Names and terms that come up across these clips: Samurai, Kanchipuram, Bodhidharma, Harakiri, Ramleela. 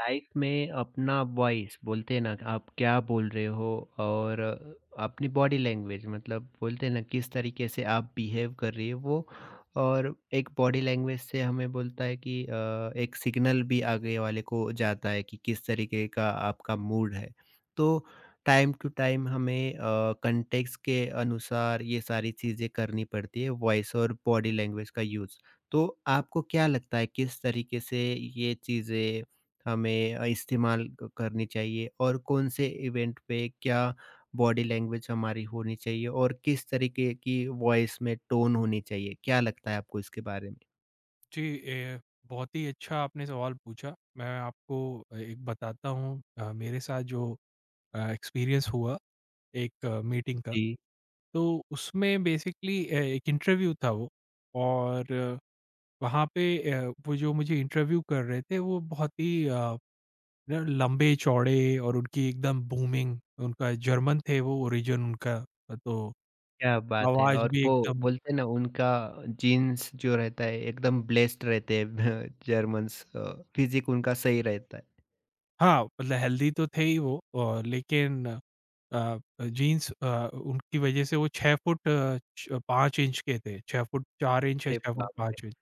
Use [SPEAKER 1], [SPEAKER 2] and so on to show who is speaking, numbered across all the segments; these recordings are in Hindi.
[SPEAKER 1] लाइफ में अपना वॉइस बोलते हैं ना, आप क्या बोल रहे हो और अपनी बॉडी लैंग्वेज, मतलब बोलते हैं ना, किस तरीके से आप बिहेव कर रही है वो। और एक बॉडी लैंग्वेज से हमें बोलता है कि एक सिग्नल भी आगे वाले को जाता है कि किस तरीके का आपका मूड है। तो टाइम टू टाइम हमें कंटेक्स्ट के अनुसार ये सारी चीज़ें करनी पड़ती है, वॉइस और बॉडी लैंग्वेज का यूज़। तो आपको क्या लगता है, किस तरीके से ये चीज़ें हमें इस्तेमाल क करनी चाहिए और कौन-से इवेंट पे क्या बॉडी लैंग्वेज हमारी होनी चाहिए और किस तरीके की वॉइस में टोन होनी चाहिए? क्या लगता है आपको इसके बारे में?
[SPEAKER 2] जी, ए, बहुत ही अच्छा आपने सवाल पूछा। मैं आपको एक बताता हूँ, मेरे साथ जो एक्सपीरियंस हुआ एक मीटिंग का।
[SPEAKER 1] जी।
[SPEAKER 2] तो उसमें बेसिकली एक इंटरव्यू था वो। और वहाँ पे, वो जो मुझे इंटरव्यू कर रहे थे वो बहुत ही अ, न लंबे चौड़े, और उनकी एकदम बूमिंग, उनका जर्मन थे वो, ओरिजिन उनका। तो
[SPEAKER 1] क्या बात है!
[SPEAKER 2] आवाज़
[SPEAKER 1] और
[SPEAKER 2] भी
[SPEAKER 1] वो
[SPEAKER 2] एकदम,
[SPEAKER 1] बोलते हैं ना, उनका जीन्स जो रहता है, एकदम ब्लेस्ड रहते हैं जर्मन्स, फिज़िक उनका सही रहता है।
[SPEAKER 2] हाँ, मतलब हेल्दी तो थे ही वो। लेकिन अ, जीन्स उनकी वजह से वो 6 फुट, अ, छ 5 इंच के थे, 6 फुट 4 इंच या
[SPEAKER 1] अरे
[SPEAKER 2] 6 फुट
[SPEAKER 1] बाप रे!
[SPEAKER 2] 5 इंच।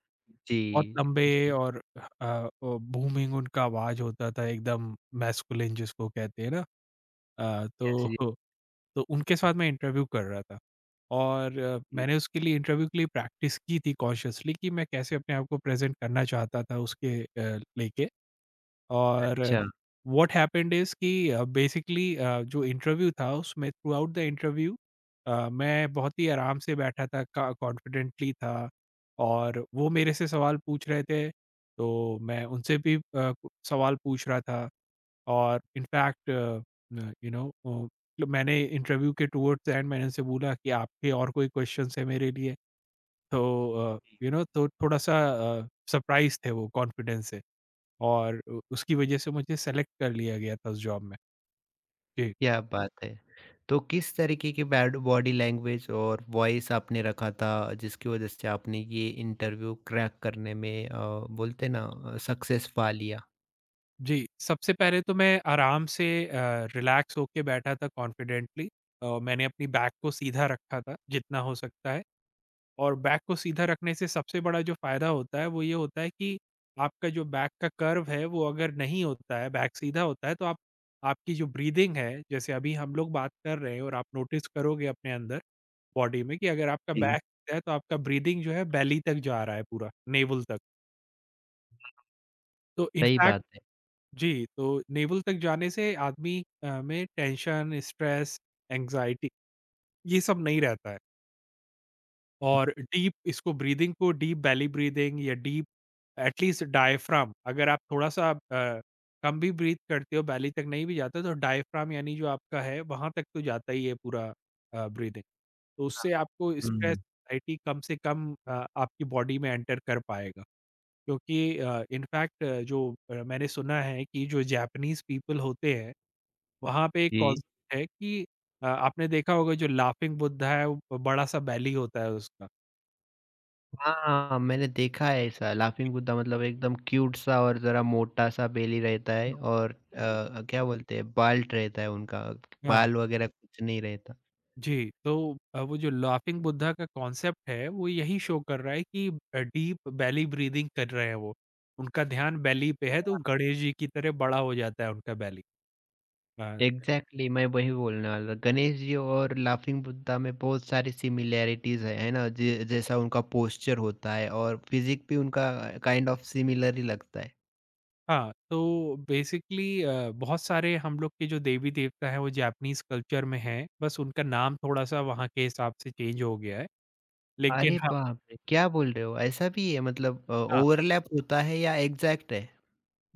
[SPEAKER 2] बहुत
[SPEAKER 1] जी।
[SPEAKER 2] लंबे।
[SPEAKER 1] जी।
[SPEAKER 2] और वो बूमिंग उनका आवाज़ होता था एकदम मैस्कुलिन जिसको कहते हैं ना। अ,
[SPEAKER 1] यस।
[SPEAKER 2] तो
[SPEAKER 1] जी।
[SPEAKER 2] तो उनके साथ मैं इंटरव्यू कर रहा था, और
[SPEAKER 1] जी।
[SPEAKER 2] मैंने उसके लिए, इंटरव्यू के लिए प्रैक्टिस की थी कॉन्शियसली, कि मैं कैसे अपने आप को प्रेज़ेंट करना चाहता था उसके लेके। और
[SPEAKER 1] अच्छा।
[SPEAKER 2] व्हाट हैपेंड इज़ कि बेसिकली जो इंटरव्यू था उसमें थ्रू आउट द इंटरव्यू, मैं बहुत ही आराम से बैठा था, का कॉन्फिडेंटली था। और वो मेरे से सवाल पूछ रहे थे, तो मैं उनसे भी सवाल पूछ रहा था। और इनफैक्ट यू नो अ, तो मैंने इंटरव्यू के टुवर्ड्स द एंड मैंने उनसे बोला कि आपके और कोई क्वेश्चन्स है मेरे लिए? तो तो थोड़ा-सा अ, सरप्राइज़ थे वो कॉन्फिडेंस से। और उ उसकी वजह से मुझे सेलेक्ट कर लिया गया था उस जॉब में। जी।
[SPEAKER 1] क्या बात है! तो किस तरीके की बैड बॉडी लैंग्वेज और वॉइस आपने रखा था जिसकी वजह से आपने ये इंटरव्यू क्रैक करने में, बोलते हैं ना, सक्सेस पा लिया?
[SPEAKER 2] जी, सबसे पहले तो मैं आराम से, रिलैक्स होके बैठा था कॉन्फिडेंटली। मैंने अपनी बैक को सीधा रखा था जितना हो सकता है। और बैक को सीधा रखने से सबसे बड़ा जो फ़ायदा होता है वो ये होता है कि आपका जो बैक का कर्व है वो अगर नहीं होता है, बैक सीधा होता है, तो आप, आपकी जो ब्रीदिंग है, जैसे अभी हम लोग बात कर रहे हैं और आप नोटिस करोगे अपने अंदर बॉडी में, कि अगर आपका
[SPEAKER 1] जी।
[SPEAKER 2] बैक सीधा है तो आपका ब्रीदिंग जो है बेली तक जा रहा है पूरा, नेवल तक। तो
[SPEAKER 1] सही
[SPEAKER 2] इनफैक्ट,
[SPEAKER 1] बात है।
[SPEAKER 2] जी, तो नेवल तक जाने से आदमी में टेंशन, स्ट्रेस, एंग्ज़ायटी, ये सब नहीं रहता है। और डीप, इसको ब्रीदिंग को डीप बेली ब्रीदिंग, या डीप, एटलीस्ट डायफ्राम, अगर आप थोड़ा-सा कम भी ब्रीथ करते हो, बेली तक नहीं भी जाते, तो डायफ्राम यानी जो आपका है वहाँ तक तो जाता ही है पूरा ब्रीदिंग। तो
[SPEAKER 1] अच्छा।
[SPEAKER 2] उससे आपको स्ट्रेस,
[SPEAKER 1] हुँ।
[SPEAKER 2] एंग्ज़ायटी कम से कम आपकी बॉडी में एंटर कर पाएगा। क्योंकि इनफैक्ट जो, मैंने सुना है कि जो जापानीज़ पीपल होते हैं, वहाँ पे एक
[SPEAKER 1] जी।
[SPEAKER 2] कॉन्सेप्ट है कि, आपने देखा होगा जो लाफिंग बुद्धा है, वो बड़ा-सा बैली होता है उसका।
[SPEAKER 1] हाँ, मैंने देखा है ऐसा।
[SPEAKER 2] जी,
[SPEAKER 1] लाफिंग बुद्धा मतलब एकदम क्यूट सा और ज़रा मोटा-सा बेली रहता है
[SPEAKER 2] हुँ,
[SPEAKER 1] और
[SPEAKER 2] जी।
[SPEAKER 1] क्या बोलते हैं, बाल्ट रहता है उनका,
[SPEAKER 2] हाँ, हाँ।
[SPEAKER 1] बाल वगैरह कुछ नहीं रहता।
[SPEAKER 2] जी, तो वो जो लाफिंग बुद्धा का कॉन्सेप्ट है वो यही शो कर रहा है कि डीप बेली ब्रीथिंग कर रहे हैं वो। उनका ध्यान बेली पे है तो गणेश जी की तरह बड़ा हो जाता है उनका बेली। हाँ।
[SPEAKER 1] एग्जैक्टली exactly, मैं वही बोलने वाला था। गणेश जी और लाफिंग बुद्धा में बहुत सारी सिमिलैरिटीज है ना। जैसा उनका पोस्चर होता है और फिजिक भी उनका काइंड ऑफ सिमिलर ही लगता है।
[SPEAKER 2] हाँ, तो बेसिकली बहुत सारे हम लोग के जो देवी-देवता हैं, वो जापानीज़ कल्चर में हैं, बस उनका नाम थोड़ा-सा वहाँ के हिसाब से चेंज हो गया है। लेकिन
[SPEAKER 1] अरे
[SPEAKER 2] हाँ,
[SPEAKER 1] बाप रे, क्या बोल रहे हो! ऐसा भी है मतलब?
[SPEAKER 2] हाँ।
[SPEAKER 1] ओवरलैप होता है या एग्जैक्ट है?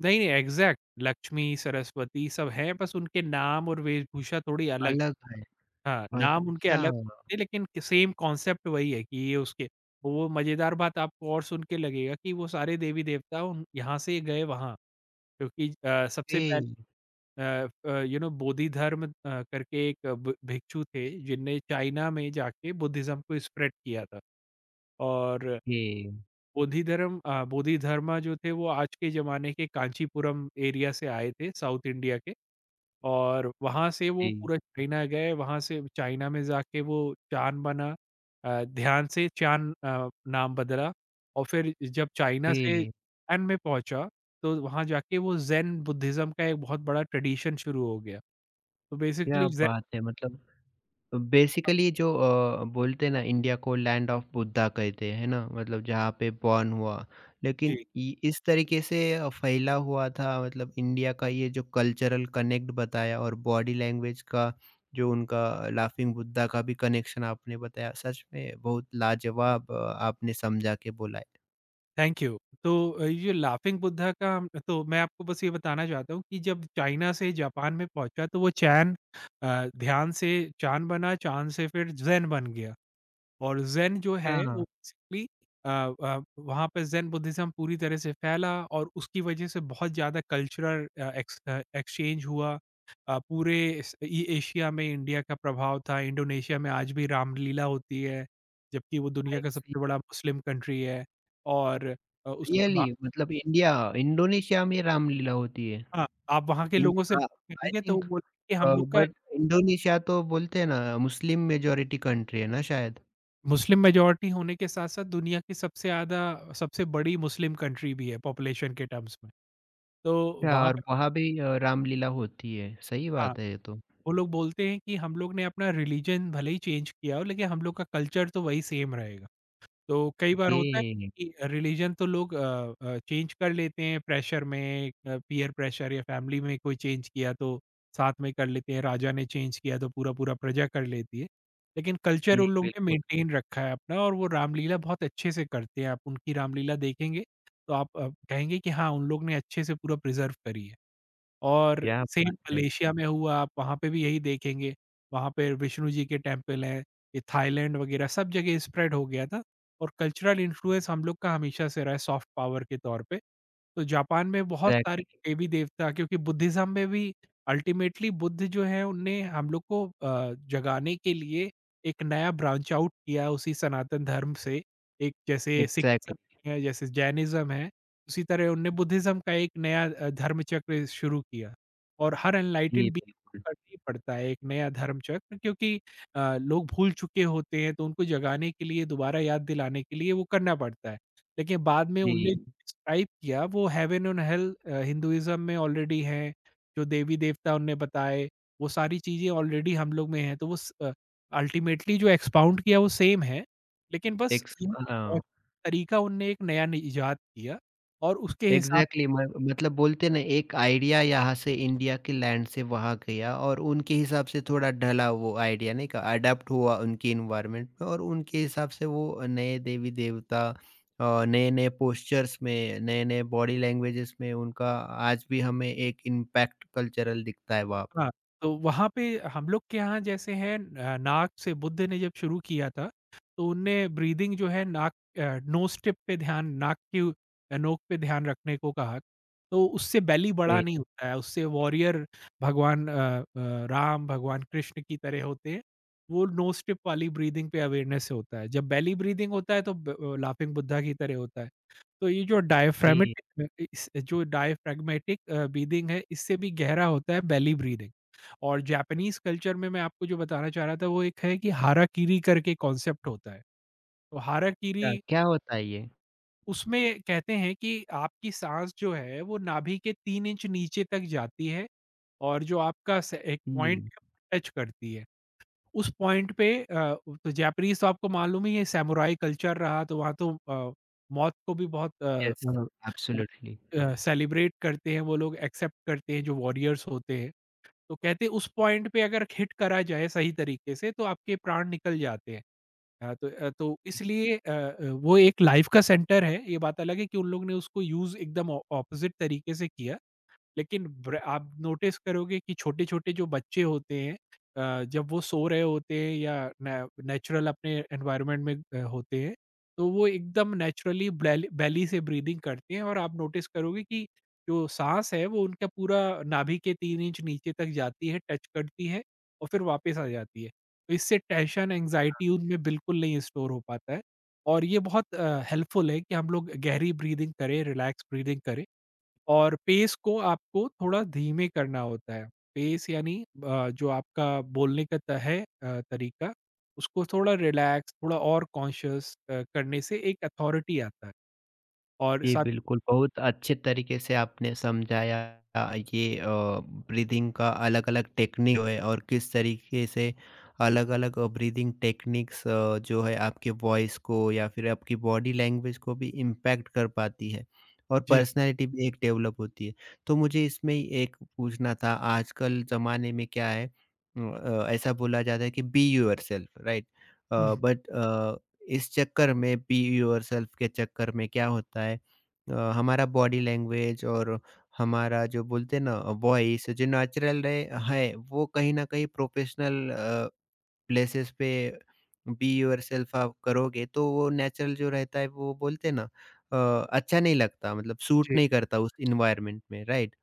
[SPEAKER 2] नहीं, नहीं, एग्ज़ैक्ट लक्ष्मी, सरस्वती सब हैं, बस उनके नाम और वेशभूषा थोड़ी अलग है।
[SPEAKER 1] अलग है।
[SPEAKER 2] हाँ, नाम उनके
[SPEAKER 1] अच्छा।
[SPEAKER 2] अलग थे, लेकिन सेम कॉन्सेप्ट वही है कि ये उसके, वो मज़ेदार बात आपको और सुन के लगेगा कि वो सारे देवी-देवता उन, यहाँ से गए वहाँ, क्योंकि सबसे
[SPEAKER 1] ए।
[SPEAKER 2] पहले, यू नो, बोधि धर्म करके एक भिक्षु थे जिनने चाइना में जाके बुद्धिज्म को स्प्रेड किया था। और
[SPEAKER 1] ए।
[SPEAKER 2] बोधि धर्म, बोधि धर्मा जो थे वो आज के जमाने के कांचीपुरम एरिया से आए थे, साउथ इंडिया के। और वहाँ से वो
[SPEAKER 1] ए।
[SPEAKER 2] पूरा चाइना गए, वहाँ से चाइना में जाके वो चान बना, ध्यान से चान, नाम बदला। और फिर जब चाइना से
[SPEAKER 1] ए।
[SPEAKER 2] चान में पहुंचा, तो वहाँ जाके वो जैन बुद्धिज्म का एक बहुत बड़ा ट्रेडिशन शुरू हो गया। तो बेसिकली
[SPEAKER 1] क्या
[SPEAKER 2] एग्जैक्ट,
[SPEAKER 1] बात है! मतलब बेसिकली जो, बोलते हैं ना, इंडिया को लैंड ऑफ बुद्धा कहते हैं, है ना, मतलब जहाँ पे बॉर्न हुआ, लेकिन
[SPEAKER 2] जी,
[SPEAKER 1] इस तरीके से फैला हुआ था। मतलब इंडिया का ये जो कल्चरल कनेक्ट बताया और बॉडी लैंग्वेज का जो उनका लाफिंग बुद्धा का भी कनेक्शन आपने बताया, सच में बहुत लाजवाब आपने समझा के बोला है।
[SPEAKER 2] Thank you. तो ये लाफिंग बुद्धा का तो मैं आपको बस ये बताना चाहता हूँ कि जब चाइना से जापान में पहुँचा तो वो चैन, ध्यान से चाँद बना, चाँद से फिर ज़ेन बन गया। और ज़ेन जो है वो
[SPEAKER 1] हाँ।
[SPEAKER 2] बेसिकली, वहाँ पे ज़ेन बुद्धिज़्म पूरी तरह से फैला और उसकी वजह से बहुत ज़्यादा कल्चरल एक्सचेंज हुआ। पूरे इस इ एशिया में इंडिया का प्रभाव था, इंडोनेशिया में आज भी रामलीला होती है, जबकि वो दुनिया
[SPEAKER 1] आई
[SPEAKER 2] का
[SPEAKER 1] सी।
[SPEAKER 2] सबसे बड़ा मुस्लिम कंट्री है। और उसके
[SPEAKER 1] रियली?
[SPEAKER 2] बाद,
[SPEAKER 1] मतलब इंडिया, इंडोनेशिया में रामलीला होती है?
[SPEAKER 2] हाँ, आप वहाँ के लोगों से
[SPEAKER 1] इनका
[SPEAKER 2] बात
[SPEAKER 1] आई
[SPEAKER 2] करेंगे तो वो
[SPEAKER 1] थिंक
[SPEAKER 2] बोलेंगे कि हम लोग का,
[SPEAKER 1] बट इंडोनेशिया तो बोलते हैं ना, मुस्लिम मेजॉरिटी कंट्री है ना शायद?
[SPEAKER 2] मुस्लिम मेजॉरिटी होने के साथ-साथ दुनिया की सबसे ज़्यादा, सबसे बड़ी मुस्लिम कंट्री भी है पॉपुलेशन के टर्म्स में। तो
[SPEAKER 1] अच्छा,
[SPEAKER 2] वहाँ
[SPEAKER 1] और
[SPEAKER 2] पे,
[SPEAKER 1] वहाँ भी रामलीला होती है, सही
[SPEAKER 2] हाँ,
[SPEAKER 1] बात है ये तो।
[SPEAKER 2] वो लोग बोलते हैं कि हम लोग ने अपना रिलीजन भले ही चेंज किया हो, लेकिन हम लोग का कल्चर तो वही सेम रहेगा। तो कई बार होता है
[SPEAKER 1] ओके।
[SPEAKER 2] कि रिलीजन तो लोग चेंज कर लेते हैं प्रेशर में, पीयर प्रेशर या फैमिली में कोई चेंज किया तो साथ में कर लेते हैं, राजा ने चेंज किया तो पूरा-पूरा प्रजा कर लेती है। लेकिन कल्चर
[SPEAKER 1] जी
[SPEAKER 2] उन लोग ने
[SPEAKER 1] बिल्कुल।
[SPEAKER 2] मेंटेन रखा है अपना, और वो रामलीला बहुत अच्छे से करते हैं। आप उनकी रामलीला देखेंगे तो आप कहेंगे कि हाँ, उन लोग ने अच्छे से पूरा प्रिज़र्व करी है। और
[SPEAKER 1] क्या
[SPEAKER 2] सेम
[SPEAKER 1] बात है!
[SPEAKER 2] मलेशिया में हुआ, आप वहाँ पे भी यही देखेंगे, वहाँ पे विष्णु जी के टेम्पल हैं, ये थाईलैंड वगैरह सब जगह स्प्रेड हो गया था। और कल्चरल इन्फ्लुएंस हम लोग का हमेशा से रहा है, सॉफ्ट पावर के तौर पे। तो जापान में बहुत सारे
[SPEAKER 1] एग्ज़ैक्टली।
[SPEAKER 2] देवी देवता, क्योंकि बुद्धिज़्म में भी अल्टीमेटली बुद्ध जो हैं उनने हम लोग को जगाने के लिए एक नया ब्रांच आउट किया उसी सनातन धर्म से। एक जैसे सिखिज़्म
[SPEAKER 1] एग्ज़ैक्टली।
[SPEAKER 2] है, जैसे जैनिज़्म है, उसी तरह उनने बुद्धिज़्म का एक नया धर्मचक्र शुरू किया। और हर
[SPEAKER 1] जी
[SPEAKER 2] एनलाइटेंड
[SPEAKER 1] बिल्कुल।
[SPEAKER 2] बीइंग करना ही पड़ता है एक नया धर्मचक्र, क्योंकि लोग भूल चुके होते हैं तो उनको जगाने के लिए, दोबारा याद दिलाने के लिए वो करना पड़ता है। लेकिन बाद में उनने
[SPEAKER 1] जी।
[SPEAKER 2] डिस्क्राइब किया वो हेवन एंड हेल, हिंदुइज्म में ऑलरेडी हैं, जो देवी-देवता उनने बताए, वो सारी चीज़ें ऑलरेडी हम लोग में हैं। तो वो अल्टीमेटली जो एक्सपाउंड किया वो सेम है, लेकिन बस
[SPEAKER 1] एक्स।
[SPEAKER 2] ये है कि
[SPEAKER 1] हाँ।
[SPEAKER 2] बहुत तरीका उनने एक नया नि इजाद किया और उसके हिसाब,
[SPEAKER 1] एग्ज़ैक्टली म, मतलब बोलते हैं ना, एक आइडिया यहाँ से इंडिया के लैंड से वहाँ गया और उनके हिसाब से थोड़ा ढला। वो आइडिया नहीं का अडॉप्ट हुआ उनकी एनवायरनमेंट में और उनके हिसाब से वो नए देवी-देवता, नए-नए पोस्चर्स में, नए-नए बॉडी लैंग्वेजेस में, उनका आज भी हमें एक इम्पैक्ट कल्चरल दिखता है वहाँ पे।
[SPEAKER 2] हाँ, तो वहाँ पे हम लोग के यहाँ जैसे है, नाक से बुद्ध ने जब शुरू किया था, तो उनने ब्रीदिंग जो है नाक, अ, नोज़ टिप पे ध्यान, नाक की नोक पे ध्यान रखने को कहा। तो उससे बेली बड़ा
[SPEAKER 1] जी।
[SPEAKER 2] नहीं होता है, उससे वॉरियर भगवान राम, भगवान कृष्ण की तरह होते हैं। वो नोज़ टिप वाली ब्रीदिंग पे अवेयरनेस होता है। जब बेली ब्रीदिंग होता है तो लाफिंग बुद्धा की तरह होता है। तो ये जो
[SPEAKER 1] जी।
[SPEAKER 2] डायफ्रामेटिक अ, इस जो डायफ्रैग्मेटिक ब्रीदिंग है, इससे भी गहरा होता है बेली ब्रीदिंग। और जापानीज़ कल्चर में मैं आपको जो बताना चाह रहा था, वो एक है कि हाराकीरी करके कॉन्सेप्ट होता है। तो हाराकीरी,
[SPEAKER 1] क्या क्या होता है ये?
[SPEAKER 2] उसमें कहते हैं कि आपकी साँस जो है, वो नाभि के 3 इंच नीचे तक जाती है और जो आपका स एक पॉइंट
[SPEAKER 1] जी।
[SPEAKER 2] टच करती है। उस पॉइंट पे, तो जापानीज़ तो आपको मालूम ही है सैमुराई कल्चर रहा, तो वहाँ तो मौत को भी बहुत
[SPEAKER 1] यस। एब्सोल्युटली।
[SPEAKER 2] सेलिब्रेट करते हैं वो लोग, एक्सेप्ट करते हैं जो वॉरियर्स होते हैं। तो कहते हैं उस पॉइंट पे अगर हिट करा जाए सही तरीके से तो आपके प्राण निकल जाते हैं। तो इसलिए, वो एक लाइफ का सेंटर है। ये बात अलग है कि उन लोग ने उसको यूज एकदम ऑपोजिट तरीके से किया। लेकिन ब्र आप नोटिस करोगे कि छोटे-छोटे जो बच्चे होते हैं, जब वो सो रहे होते हैं, या ने नेचुरल अपने एनवायरनमेंट में होते हैं, तो वो एकदम नेचुरली ब्लैली बेली से ब्रीदिंग करते हैं, और आप नोटिस करोगे कि जो साँस है वो उनका पूरा नाभि के 3 इंच नीचे तक जाती है, टच करती है और फिर वापस आ जाती है। तो इससे टेंशन, एंग्ज़ायटी उनमें बिल्कुल नहीं स्टोर हो पाता है। और ये बहुत हेल्पफुल है कि हम लोग गहरी ब्रीदिंग करें, रिलैक्स ब्रीदिंग करें। और पेस को आपको थोड़ा धीमे करना होता है। पेस यानी जो आपका बोलने का तरीका, उसको थोड़ा रिलैक्स, थोड़ा और कॉन्शियस करने से एक अथॉरिटी आता है, और
[SPEAKER 1] जी,
[SPEAKER 2] साथ,
[SPEAKER 1] बिल्कुल, बहुत अच्छे तरीके से आपने समझाया ये ब्रीदिंग का अलग-अलग टेक्निक है और किस तरीके से अलग-अलग ब्रीदिंग टेक्निक्स जो है आपके वॉइस को या फिर आपकी बॉडी लैंग्वेज को भी इम्पैक्ट कर पाती है और
[SPEAKER 2] जी।
[SPEAKER 1] पर्सनैलिटी भी एक डेवलप होती है। तो मुझे इसमें ही एक पूछना था। आजकल ज़माने में क्या है, ऐसा बोला जाता है कि बी योरसेल्फ, राइट? अ,
[SPEAKER 2] हुँ, हुँ।
[SPEAKER 1] बट अ, इस चक्कर में, बी योरसेल्फ के चक्कर में क्या होता है, हमारा बॉडी लैंग्वेज और हमारा जो बोलते हैं ना, वॉइस जो नेचुरल रहे है, वो कहीं न कहीं प्रोफेशनल प्लेसेस पे, बी योरसेल्फ आप करोगे तो वो नेचुरल जो रहता है, वो बोलते हैं ना अच्छा नहीं लगता। मतलब सूट
[SPEAKER 2] जी,
[SPEAKER 1] नहीं करता उस एनवायरनमेंट में, राइट?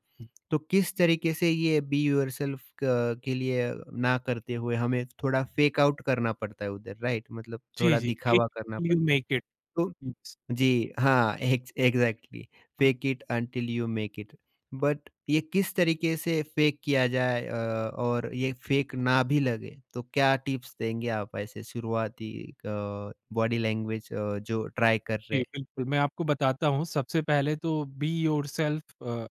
[SPEAKER 1] तो किस तरीके से ये बी योरसेल्फ क के लिए ना करते हुए हमें थोड़ा फेक आउट करना पड़ता है उधर, राइट? मतलब
[SPEAKER 2] जी,
[SPEAKER 1] थोड़ा
[SPEAKER 2] जी। फेक
[SPEAKER 1] दिखावा करना
[SPEAKER 2] इट यू
[SPEAKER 1] पड़ता है।
[SPEAKER 2] Make it.
[SPEAKER 1] तो
[SPEAKER 2] यस।
[SPEAKER 1] जी, हाँ, एग्ज़ैक्टली,
[SPEAKER 2] हुँ।
[SPEAKER 1] Fake it until you make it. But ये किस तरीके से फेक किया जाए और ये फेक ना भी लगे, तो क्या टिप्स देंगे आप ऐसे शुरुआती बॉडी लैंग्वेज जो ट्राई कर
[SPEAKER 2] जी,
[SPEAKER 1] रहे
[SPEAKER 2] बिल्कुल, मैं आपको बताता हूँ, सबसे पहले तो बी योरसेल्फ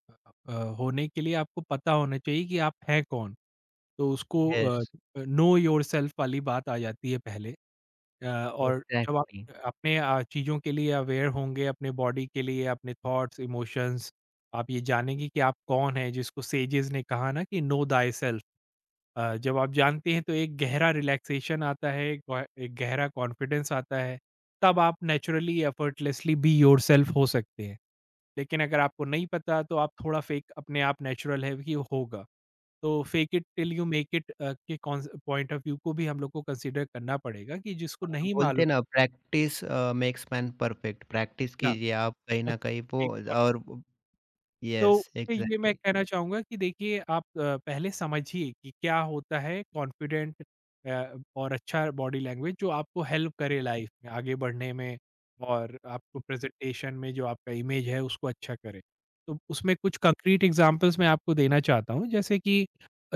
[SPEAKER 2] अ, होने के लिए आपको पता होना चाहिए कि आप हैं कौन? तो उसको
[SPEAKER 1] हैं? यस,
[SPEAKER 2] नो योरसेल्फ वाली बात आ जाती है पहले। अ, और जब आप
[SPEAKER 1] एग्ज़ैक्टली।
[SPEAKER 2] अपने चीज़ों के लिए अवेयर होंगे, अपने बॉडी के लिए, अपने थॉट्स, इमोशंस, आप ये जानेंगे कि आप कौन हैं, जिसको सेजेस ने कहा ना कि नो थायसेल्फ, जब आप जानते हैं तो एक गहरा रिलैक्सेशन आता है, एक गहरा कॉन्फिडेंस आता है, तब आप नेचुरली एफर्टलेसली बी योरसेल्फ हो सकते हैं। लेकिन अगर आपको नहीं पता तो आप थोड़ा फेक, अपने आप नेचुरल है कि होगा। तो fake it till you make it के कॉन्स पॉइंट ऑफ व्यू को भी हम लोग को कंसीडर करना पड़ेगा कि जिसको
[SPEAKER 1] और
[SPEAKER 2] नहीं
[SPEAKER 1] बोलते
[SPEAKER 2] मालूम,
[SPEAKER 1] हैं ना, practice makes man perfect. Practice
[SPEAKER 2] या
[SPEAKER 1] कीजिए आप, कहीं न कहीं वो
[SPEAKER 2] Nag-crave,
[SPEAKER 1] और यस,
[SPEAKER 2] तो ये मैं
[SPEAKER 1] एग्ज़ैक्टली।
[SPEAKER 2] कहना चाहूँगा कि देखिए, आप पहले समझिए कि क्या होता है कॉन्फिडेंट, और अच्छा बॉडी लैंग्वेज जो आपको हेल्प करे लाइफ में आगे बढ़ने में और आपको प्रेजेंटेशन में जो आपका इमेज है उसको अच्छा करे। तो उसमें कुछ कंक्रीट एग्जांपल्स मैं आपको देना चाहता हूँ, जैसे कि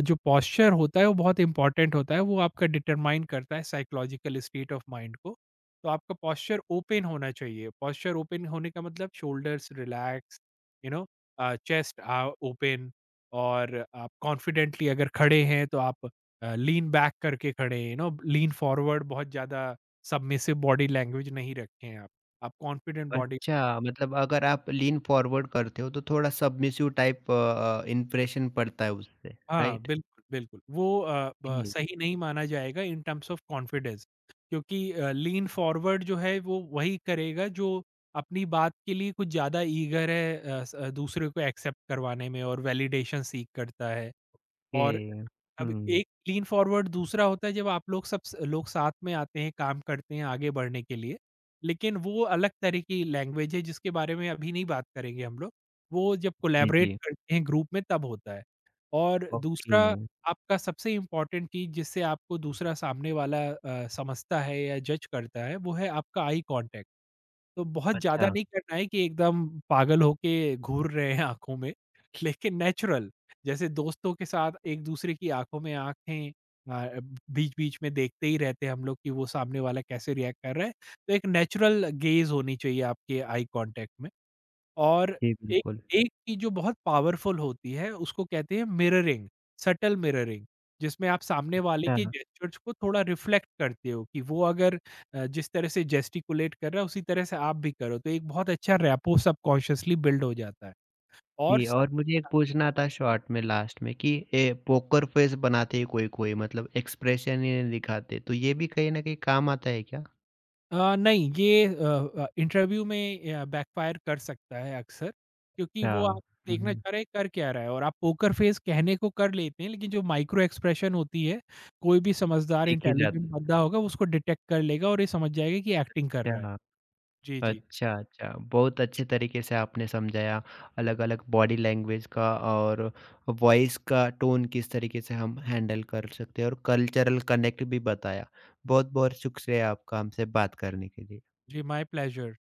[SPEAKER 2] जो पोस्चर होता है वो बहुत इंपॉर्टेंट होता है, वो आपका डिटरमाइन करता है साइकोलॉजिकल स्टेट ऑफ माइंड को। तो आपका पोस्चर ओपन होना चाहिए, पोस्चर ओपन होने का मतलब shoulders relax, you know, chest open, और आप कॉन्फिडेंटली अगर खड़े हैं तो आप लीन बैक करके खड़े, यू नो, लीन फॉरवर्ड बहुत ज़्यादा, सबमिसिव बॉडी लैंग्वेज नहीं रखें आप कॉन्फिडेंट बॉडी,
[SPEAKER 1] अच्छा, मतलब अगर आप लीन फॉरवर्ड करते हो तो थोड़ा सबमिसिव टाइप इंप्रेशन पड़ता है उससे,
[SPEAKER 2] हाँ,
[SPEAKER 1] राइट?
[SPEAKER 2] बिल्कुल बिल्कुल, वो
[SPEAKER 1] जी।
[SPEAKER 2] सही नहीं माना जाएगा इन टर्म्स ऑफ कॉन्फिडेंस, क्योंकि लीन फॉरवर्ड जो है वो वही करेगा जो अपनी बात के लिए कुछ ज़्यादा ईगर है, दूसरे को एक्सेप्ट करवाने में, और वैलिडेशन सीख करता है। और
[SPEAKER 1] ओके।
[SPEAKER 2] अब
[SPEAKER 1] हुँ।
[SPEAKER 2] एक लीन फॉरवर्ड दूसरा होता है जब आप लोग, सब स लोग साथ में आते हैं, काम करते हैं आगे बढ़ने के लिए। लेकिन वो अलग तरह की लैंग्वेज है जिसके बारे में अभी नहीं बात करेंगे हम लोग। वो जब
[SPEAKER 1] जी।
[SPEAKER 2] कोलैबोरेट
[SPEAKER 1] जी।
[SPEAKER 2] करते हैं ग्रुप में तब होता है। और
[SPEAKER 1] ओके।
[SPEAKER 2] दूसरा, आपका सबसे इम्पोर्टेंट चीज़ जिससे आपको दूसरा सामने वाला समझता है या जज करता है, वो है आपका आई कॉन्टैक्ट। तो बहुत ज़्यादा
[SPEAKER 1] अच्छा।
[SPEAKER 2] नहीं करना है कि एकदम पागल होके घूर रहे हैं आँखों में, लेकिन नेचुरल, जैसे दोस्तों के साथ एक-दूसरे की आँखों में आँखें अ, बीच-बीच में देखते ही रहते हैं हम लोग, कि वो सामने वाला कैसे रिएक्ट कर रहा है, तो एक नेचुरल गेज़ होनी चाहिए आपके आई कॉन्टैक्ट में। और
[SPEAKER 1] जी
[SPEAKER 2] एक
[SPEAKER 1] बिल्कुल।
[SPEAKER 2] एक चीज़ जो बहुत पावरफुल होती है, उसको कहते हैं मिररिंग, सटल मिररिंग, जिसमें आप सामने वाले के
[SPEAKER 1] अच्छा।
[SPEAKER 2] जेस्चर्स को थोड़ा रिफ्लेक्ट करते हो, कि वो अगर जिस तरह से जेस्टिकुलेट कर रहा है, उसी तरह से आप भी करो। तो एक बहुत अच्छा रैपो सबकॉन्शियसली बिल्ड हो जाता है और
[SPEAKER 1] जी,
[SPEAKER 2] सब,
[SPEAKER 1] और मुझे एक पूछना था, शॉर्ट में लास्ट में, कि ए पोकर फेस बनाते हैं कोई-कोई, मतलब एक्सप्रेशन ही नहीं दिखाते, तो ये भी कहीं न कहीं काम आता है क्या?
[SPEAKER 2] नहीं, ये इंटरव्यू में बैकफायर कर सकता है अक्सर, क्योंकि वो
[SPEAKER 1] अच्छा।
[SPEAKER 2] आप
[SPEAKER 1] हुँ।
[SPEAKER 2] देखना
[SPEAKER 1] हुँ।
[SPEAKER 2] चाह रहे हैं कर क्या रहा है, और आप पोकर फेस कहने को कर लेते हैं, लेकिन जो माइक्रो एक्सप्रेशन होती है, कोई भी समझदार
[SPEAKER 1] देखे जाते
[SPEAKER 2] इंटेलिजेंट
[SPEAKER 1] हैं।
[SPEAKER 2] बंदा होगा उसको डिटेक्ट कर लेगा और ये समझ जाएगा कि एक्टिंग कर रहा है।
[SPEAKER 1] अच्छा।
[SPEAKER 2] जी, जी।
[SPEAKER 1] अच्छा, अच्छा। बहुत अच्छे तरीके से आपने समझाया अलग-अलग बॉडी लैंग्वेज का और वॉइस का टोन किस तरीके से हम हैंडल कर सकते हैं, और कल्चरल कनेक्ट भी बताया। बहुत-बहुत शुक्रिया आपका हमसे बात करने के लिए।
[SPEAKER 2] जी, माय प्लेज़र।